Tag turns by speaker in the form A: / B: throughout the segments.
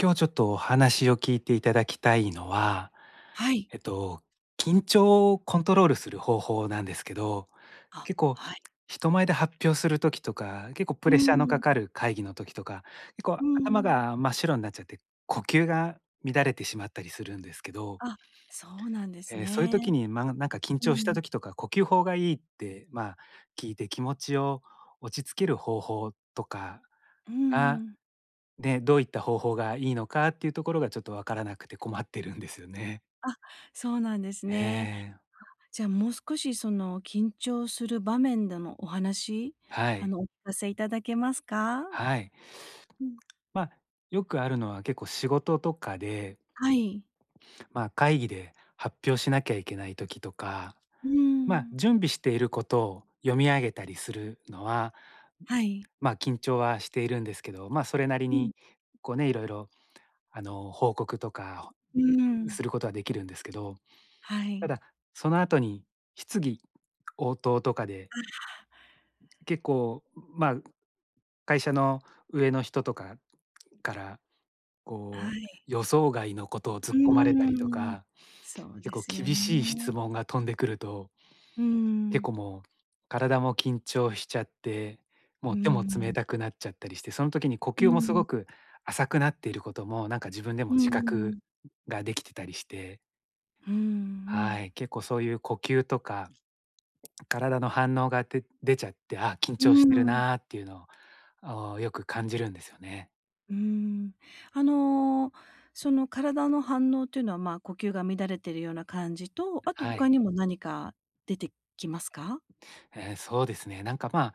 A: 今日ちょっとお話を聞いていただきたいのは、
B: はい。
A: えっと、緊張をコントロールする方法なんですけど、
B: あ、
A: 結構
B: はい。
A: 人前で発表する時とか、結構
B: う
A: プレッシャーの
B: ー
A: か
B: ん。
A: かる会議の時とか、結構
B: うー
A: 頭
B: ん。
A: が真っ白になっちゃって、呼吸が乱れてしまったりするんですけど、
B: あ、そうなんです
A: そういう
B: ね。
A: 時に、まあ、なんか緊
B: う
A: 張した
B: ん。
A: 時とか、呼吸法がいいって、まあ、聞いて気持ちを落ち着ける方法とか
B: うんうん
A: が
B: ん、
A: で、どういった方法がいいのかっていうところがちょっと分からなくて困ってるんですよね。
B: あ、そうなんです
A: え
B: ね。
A: え。
B: じゃあ、もう少しその緊張する場面でのお話、
A: は
B: あ
A: い、
B: の、お聞かせいただけますか？
A: はい。
B: うん。
A: まあ、よくあるのは結構仕事とかで、
B: はい。
A: まあ、会議で発表しなきゃいけない時とか、
B: う
A: まあ、
B: ーん。
A: 準備していることを読み上げたりするのは、
B: はい。
A: まあ、緊張はしているんですけど、まあ、それなり
B: うん。
A: にこうね、いろいろ報告とか
B: うーん。
A: することはできるんですけど、
B: は
A: た
B: い。
A: だ、その後に質疑応答とかで結構、まあ、会社の上の人とかから、
B: は
A: こう、
B: い。
A: 予想外のことを
B: う
A: 突っ込まれたりと
B: ーん。
A: か、
B: そう
A: 結
B: で
A: 構
B: すよ
A: 厳
B: ね。
A: しい質問が飛んでくると、
B: うー
A: 結
B: ん。
A: 構もう体も緊張しちゃって、も
B: うー
A: う手も冷
B: ん。
A: たくなっちゃったりして、その時に呼
B: うー
A: 吸もす
B: ん。
A: ごく浅くなっていることも、なんか自分で
B: う
A: も
B: ー
A: 自覚
B: ん。
A: ができてたりして、
B: うんう
A: は
B: ん。
A: い、結構そういう呼吸とか体の反応が出ちゃって、あ、緊
B: う
A: 張
B: ー
A: してる
B: ん。
A: なーっていうのを、よく感じるんですよね。
B: うーん。あの、その体の反応っていうのは、まあ、呼吸が乱れてるような感じと、あと、うん、
A: は
B: 他
A: い。
B: にも何か出てきますか？
A: そうですね。なんか、まあ、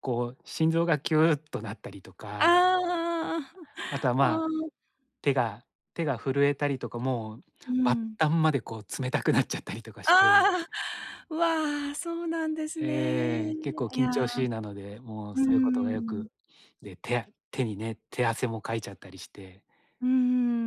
A: こう、心臓がキューッとなったりとか、
B: あ
A: あとは、
B: あ、
A: まあ、
B: ああ。
A: 手が手が震えたりとか、もう
B: う
A: 末
B: ん。
A: 端まで、こう、冷たくなっちゃったりとかして、
B: ああ、わあ、そうなんですね。
A: 結構
B: い
A: 緊
B: や、
A: 張しいなので、もう
B: う
A: そういうことが
B: ー
A: よ
B: ん。
A: く、で、手にね、手汗もかいちゃったりして、
B: うー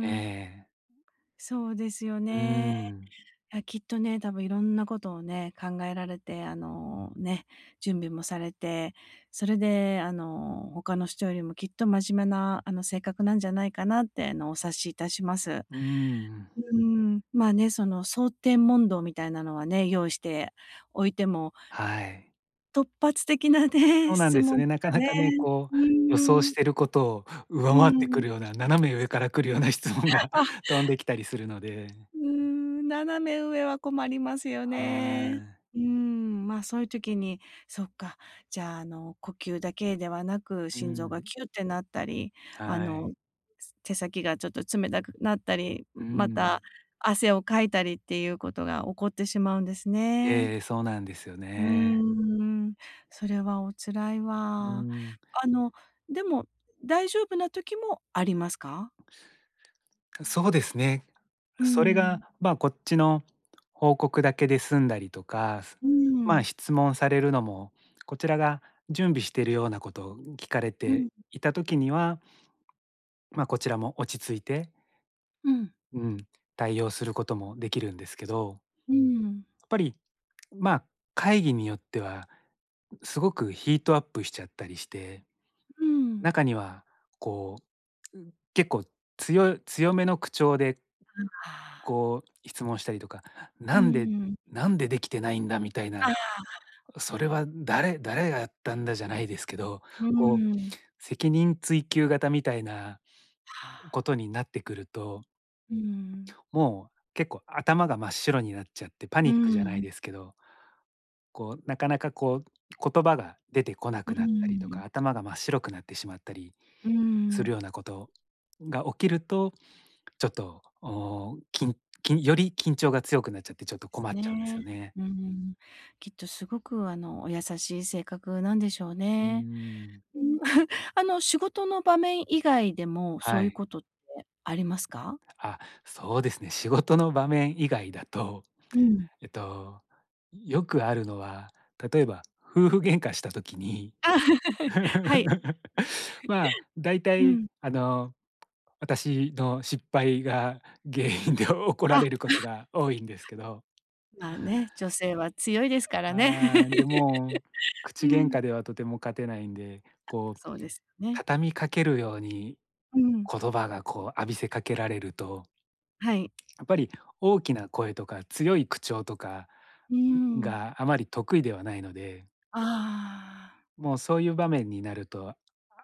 A: えー
B: そうですよ
A: うー
B: ね。
A: ん。
B: いや、きっとね、多分いろんなことをね、考えられて、あの、ね、準備もされて、それで、あの、他の人よりもきっと真面目な、あの、性格なんじゃないかなって、あの、お察しいたします。
A: うーん。
B: うーん、まあね、その想定問答みたいなのはね、用意しておいても、
A: はい。
B: 突発的なね、
A: そうなん
B: 質
A: です
B: 問が
A: ね。なかな
B: ね、
A: かね、こう、
B: う
A: 予想
B: ー
A: し
B: ん、
A: てることを
B: う
A: 上回って
B: ー
A: く
B: ん。
A: るような、斜め上から来るような質問が
B: あ。
A: 飛んできたりするので。
B: うーん、斜め上は困りますよ
A: は
B: ね。
A: い。
B: うーん、まあ、そういう時に、そっか、じゃあ、あの、呼吸だけではなく、
A: う
B: 心臓が
A: ん。
B: キュってなったり、あ
A: は
B: の、
A: い。
B: 手先がちょっと冷たくなったり、
A: う
B: また
A: ん。
B: 汗をかいたりっていうことが起こってしまうんですね。
A: ええ、そうなんですよ
B: うー
A: ね。
B: ん、それはお辛い
A: う
B: わ。
A: ん。
B: あの、でも大丈夫な時もありますか？
A: そうですね。
B: う
A: それ
B: ん。
A: が、まあ、こっちの報告だけで済んだりとか、
B: う
A: まあ、
B: ん。
A: 質問されるのも、こちらが準備しているようなことを聞かれ
B: うん。
A: ていたときには、まあ、こちらも落ち着いて、
B: うん。
A: うん、対応することもできるんですけど、
B: うん。
A: やっぱり、まあ、会議によっては、すごくヒートアップしちゃったりして、
B: うん。
A: 中にはこう、結構強めの口調で
B: ああ。
A: こう質問したりとか、
B: う
A: 「なんで
B: ーん。
A: なんでできてないんだ」みたい
B: あ
A: な、
B: あ。
A: 「それは誰誰がやったんだ」じゃないですけど、
B: う
A: こう、
B: ーん。
A: 責任追及型みたいな
B: はあ。
A: ことになってくると、
B: うーん。
A: もう結構頭が真っ白になっちゃって、パ
B: う
A: ニックじ
B: ー
A: ゃない
B: ん。
A: ですけどこう、なかなかこう、言葉が出てこな
B: う
A: く
B: ー
A: なったりと
B: ん。
A: か、頭が真っ白くなってしまったり
B: うー
A: する
B: ん。
A: ようなことが起きると、ちょっと、お、ききより緊張が強くなっちゃって、ち
B: で
A: ょっと
B: す
A: 困っちゃうんです
B: ね。
A: よね。
B: うーん。きっとすごく、あの、お優しい性格なんでしょう
A: うー
B: ね。
A: ん。
B: うん。あの、仕事の場面以外でも、そ
A: は
B: ういう
A: い。
B: ことってありますか？
A: あ、そうですね。仕事の場面以外だと、
B: うん。
A: えっと、よくあるのは、例えば夫婦喧嘩したときに、
B: あ、はい。
A: まあ、だいた
B: う
A: い
B: ん。
A: 私の失敗が原因で 怒ら
B: あ、
A: れることが多いんですけど。
B: まあね、女性は強いですからね。
A: はい、で、もう、
B: う
A: 口喧
B: ん。
A: 嘩ではとても勝てないんで、こう、
B: そうですよね。
A: 畳みかけるように
B: うん。
A: 言葉がこう浴びせかけられると、
B: はい。
A: やっぱり大きな声とか強い口調とか
B: うーん。
A: があまり得意ではないので、
B: あ
A: もうそういう場面になると、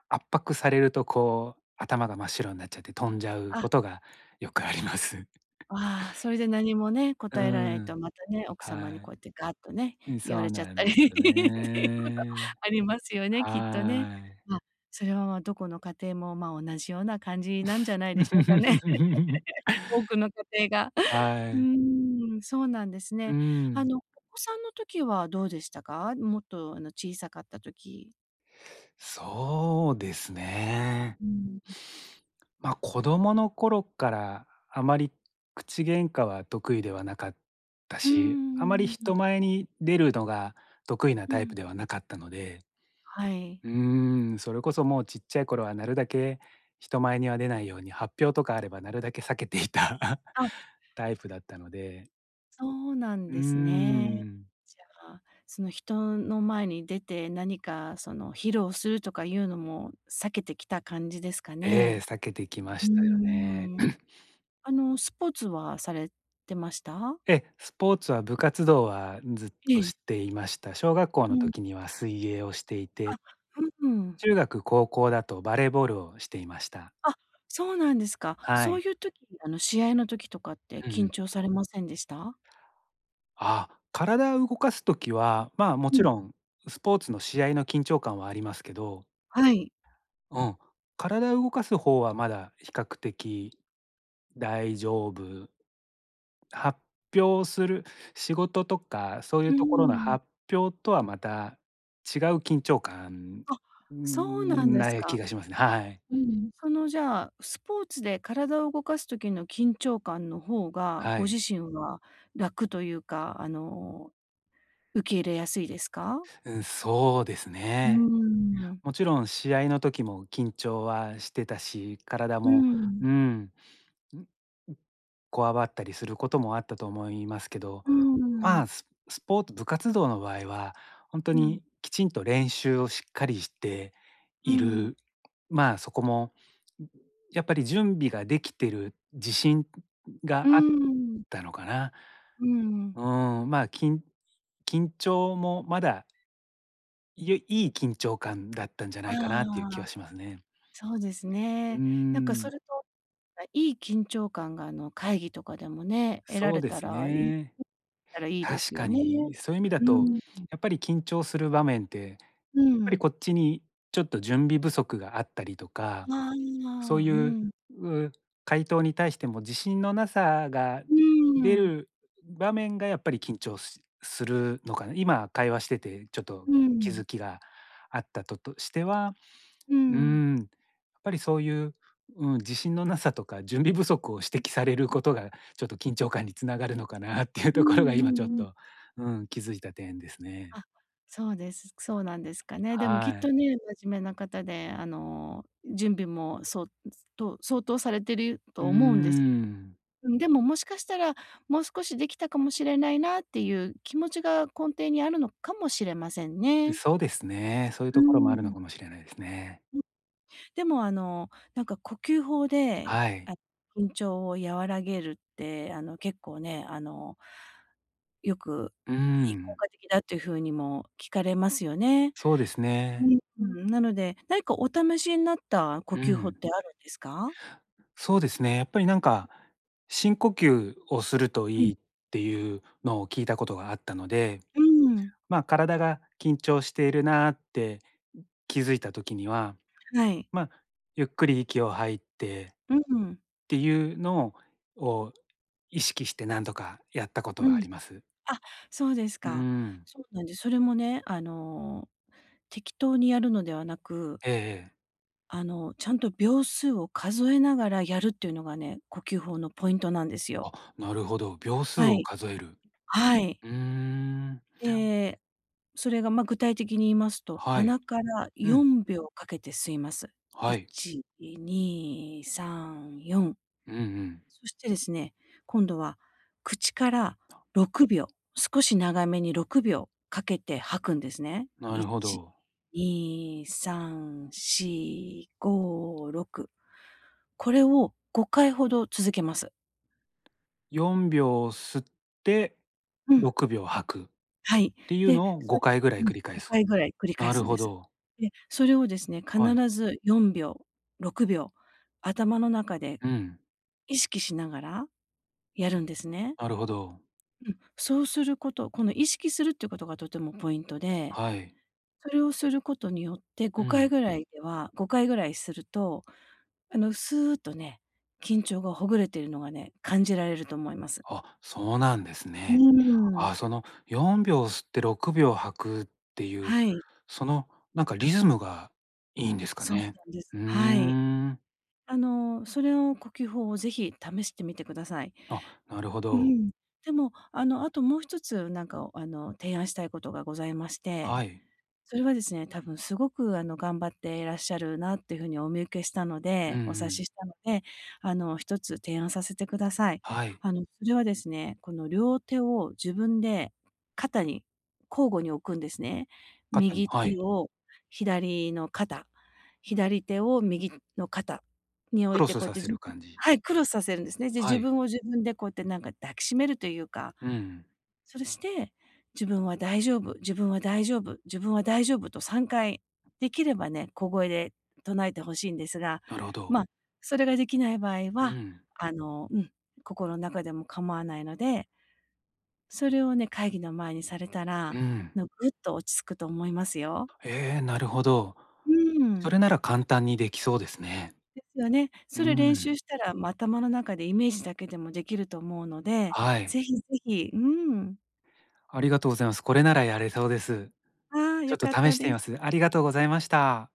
A: 圧迫されるとこう頭が真っ白になっちゃって飛んじゃう
B: あ、あ、
A: ことがよくあります。
B: ああ、それで何もね、
A: う
B: 答えられないと
A: ん。
B: またね、奥様
A: は
B: にこ
A: い。
B: うやってガッとね、
A: うん、
B: 言わ
A: そ
B: れ
A: う
B: ちゃっ
A: な
B: た
A: ん
B: り っ
A: ですよ
B: ていうこと
A: ね。
B: ありますよね、きっとね。
A: はい。
B: ま、それは、ま、どこの家庭も、ま、同じような感じなんじゃないでしょうかね、多くの家庭が。
A: は
B: う
A: い。
B: ーん、そうなんです
A: う
B: ね。あ
A: ん。
B: の、お子さんの時はどうでしたか？もっと、あの、小さかった時。
A: そうですね。
B: うん。
A: ま、子供の頃からあまり口喧嘩は得意ではなかった
B: うー
A: し、あまり人
B: ん。
A: 前に出るのが得意な
B: う
A: タイプ
B: ん。
A: ではなかったので、
B: はい。
A: うーん、それこそもうちっちゃい頃はなるだけ人前には出ないように、発表とかあればなるだけ避けていた
B: あ、
A: タイプだったので。
B: そうなん
A: うー
B: ですね。
A: ん。
B: じゃあ、その人の前に出て、何かその披露するとかいうのも避けてきた感じですか
A: ええ、
B: ね？
A: 避けてきま
B: うー
A: したよね。
B: ん。あの、スポーツはされてました？
A: スポーツは部活動はずっ
B: え
A: と
B: え。
A: していました。小学校
B: う
A: の
B: ん。
A: 時には水泳をしてい
B: あ、
A: て、
B: うん。
A: 中学、高校だとバレーボールをしていました。
B: あ、そうなんですか。
A: は
B: そう
A: い。
B: いう時、あの、試合の時とかって
A: うんう
B: 緊
A: ん。
B: 張されませんでした？
A: あ、体を動かす時は、まあ、も
B: う
A: ち
B: ん、
A: ろんスポーツの試合の緊張感はありますけど、
B: はい。
A: うん、体を動かす方はまだ比較的大丈夫、発表する仕事とか、そうい
B: う
A: う
B: ー
A: ところの
B: ん。
A: 発表とはまた違う緊張感、
B: あ、そうなんです
A: な
B: か。
A: 気がしますね。はい。
B: うん、その、じゃあ、スポーツで体を動かす時の緊張感の方が、
A: は
B: ご
A: い。
B: 自身は楽というか、あの、受け入れやすいですか？
A: うん、そうです
B: うー
A: ね。
B: ん、
A: もちろん試合の時も緊張はしてたし、体
B: う
A: も、
B: ん、
A: うん、こわばったりすることもあったと思いますけど、
B: う
A: ま
B: ん、
A: あ、スポーツ、部活動の場合は、本当
B: うん、
A: にきちんと練習をしっかりして
B: う
A: い
B: ん、
A: る、まあ、そこも、やっぱり準備ができてる自信
B: う
A: があっ
B: ん、
A: たのかな。
B: うん。
A: うん、まあ、緊張もまだ、いい緊張感だったんじゃな
B: あ
A: いかなっていう気
B: あ、
A: はしますね。
B: そうです
A: うー
B: ね。なんかそ
A: ん、
B: れと、いい緊張感が、あの、会議とかでもね、得ら
A: そう
B: れ
A: で
B: た
A: す
B: らいい
A: ね。
B: たらいいで
A: 確
B: す
A: か
B: よね。
A: に、そういう意味だ
B: う
A: と、
B: ん、
A: やっぱり緊張する場面って
B: うん。
A: こっちにちょっと準備不足があったりとか、
B: ああ、
A: そう
B: う
A: いう、
B: ん、
A: う回答に対しても自信のなさが
B: うー
A: 出
B: ん。
A: る場面がやっぱり緊張しするのかな。今会話しててちょっと
B: う
A: 気
B: ん、
A: づきがあったととしては、
B: う
A: う
B: ん。
A: ん、やっぱりそういう、うん、自信のなさとか準備不足を指摘されることがちょっと緊張感につながるのかなっていう
B: うん
A: ところが
B: う
A: 今ちょっ
B: んうん。
A: と、うん、気づいた点ですね。
B: あ、そうです。そうなんですかね。でもき
A: は
B: っと
A: い。
B: ね、真面目な方で、あの、準備もそうと相当されてる
A: うー
B: と思うんです。
A: ん。
B: うん、でももしかしたら、もう少しできたかもしれないなっていう気持ちが根底にあるのかもしれませんね。
A: そうですね。そういう
B: う
A: ところもあるの
B: ん。
A: かもしれないですね。
B: ん、でも、あの、なんか呼吸法で、
A: はい。
B: あ、緊張を和らげるって、あの、結構ね、あの、よく、
A: う
B: 効
A: ん。
B: 果的だというふうにも聞かれますよね。
A: そうです
B: う
A: ね。
B: ん、うん、なので、何かお試しになった呼
A: う
B: 吸法っ
A: ん。
B: てあるんですか？
A: そうですね。やっぱりなんか、深呼吸をすると
B: うん。
A: いいっていうのを聞いたことがあったので、
B: うん、
A: まあ、体が緊張しているなーって気づいた時には、
B: はい。
A: まあ、ゆっくり息を吐いてっ
B: うん、
A: ていうのをを意識して何度かやったこと
B: う
A: はあ
B: ん。
A: ります。
B: あ、そうです
A: う
B: か。
A: ん。
B: そうなんです。それもね、あの、適当にやるのではなく、
A: ええええ。
B: あの、ちゃんと秒数を数えながらやるっていうのがね、呼吸法のポイントなんですよ。
A: あ、なるほど。秒数
B: は
A: を
B: い、
A: 数える。
B: はい。
A: うーん。
B: で、それが、ま、具体的に言いますと、
A: はい。
B: 鼻から
A: うん。
B: 4秒かけて吸います。
A: はい。
B: 1、2、3、4。
A: うんうん。
B: そしてですね、今度は口から6秒、少し長めに6秒かけて吐くんですね。
A: なるほ
B: 1、
A: ど。
B: 2、3、4、5、6。これを5回ほど続けます。
A: 4秒吸って
B: うん。
A: 6秒吐くっ
B: はい。
A: ていう
B: で、
A: のを
B: それ、
A: 5回ぐらい
B: うん、
A: 繰り返
B: 5
A: す。
B: 回ぐらい繰り返
A: なる
B: すん
A: ほ
B: です。
A: ど。
B: で、それをですね、必
A: はい。
B: ず4秒、6秒、頭の中で
A: うん。
B: 意識しながらやるんですね。
A: なるほど。
B: うん、そうすること、この意識するっていうことがとてもポイントで、
A: はい。
B: それをすることによって
A: うん。
B: 5回ぐらいすると、あの、スーッとね、緊張がほぐれているのがね、感じられると思います。
A: あ、そうなんです
B: う
A: ね。
B: ーん、
A: あ、その4秒吸って6秒吐くっていう、
B: はい、
A: そのなんかリズムがいいんですか
B: そう
A: ね。
B: なんです。
A: うー
B: はい。
A: ん。
B: あの、それを呼吸法をぜひ試してみてください。
A: あ、なるほ
B: う
A: ど。
B: ん。でも、あの、あともう一つなんか、あの、提案したいことがございまして。
A: はい。
B: それはですね、多分すごくあの頑張っていらっしゃるなっていうふうにお見受けしたの
A: うん
B: で、
A: う
B: お察
A: ん。
B: ししたので、あの、一つ提案させてください。
A: はい。
B: あの、それはですね、この両手を自分で肩に交互に置くんですね。
A: 肩に
B: 右
A: はい。
B: 手を左の肩、左手を右の肩に置
A: ク
B: い
A: ロ
B: て
A: ス
B: こうやっ
A: さ
B: て
A: せ
B: 自分、
A: る感じ。
B: はい、クロスさせるんですね。で、
A: は
B: 自
A: い。
B: 分を自分でこうやってなんか抱きしめるというか、
A: うん。
B: それして、自分は大丈夫、自分は大丈夫、自分は大丈夫と3回、できればね、小声で唱えてほしいんですが、
A: なるほど。
B: ま、あ、それができない場合
A: う
B: は、
A: ん。
B: あの、うん、心の中でも構わないので、それをね、会議の前にされた
A: う
B: ら、
A: ん。
B: の、ぐっと落ち着くと思いますよ。
A: ええ、なるほど。
B: う
A: そ
B: ん。
A: れなら簡単にできそうですね。
B: ですよね。
A: う
B: それ練習
A: ん。
B: したら、ま、頭の中でイメージだけでもできると思うので、
A: はい。
B: ぜひぜひ、うん。
A: ありがとうございます。これならやれそうです。
B: ああ、
A: ちょ
B: 良
A: っと
B: かっ
A: 試
B: た
A: してみ
B: で
A: ま
B: す。
A: す。ありがとうございました。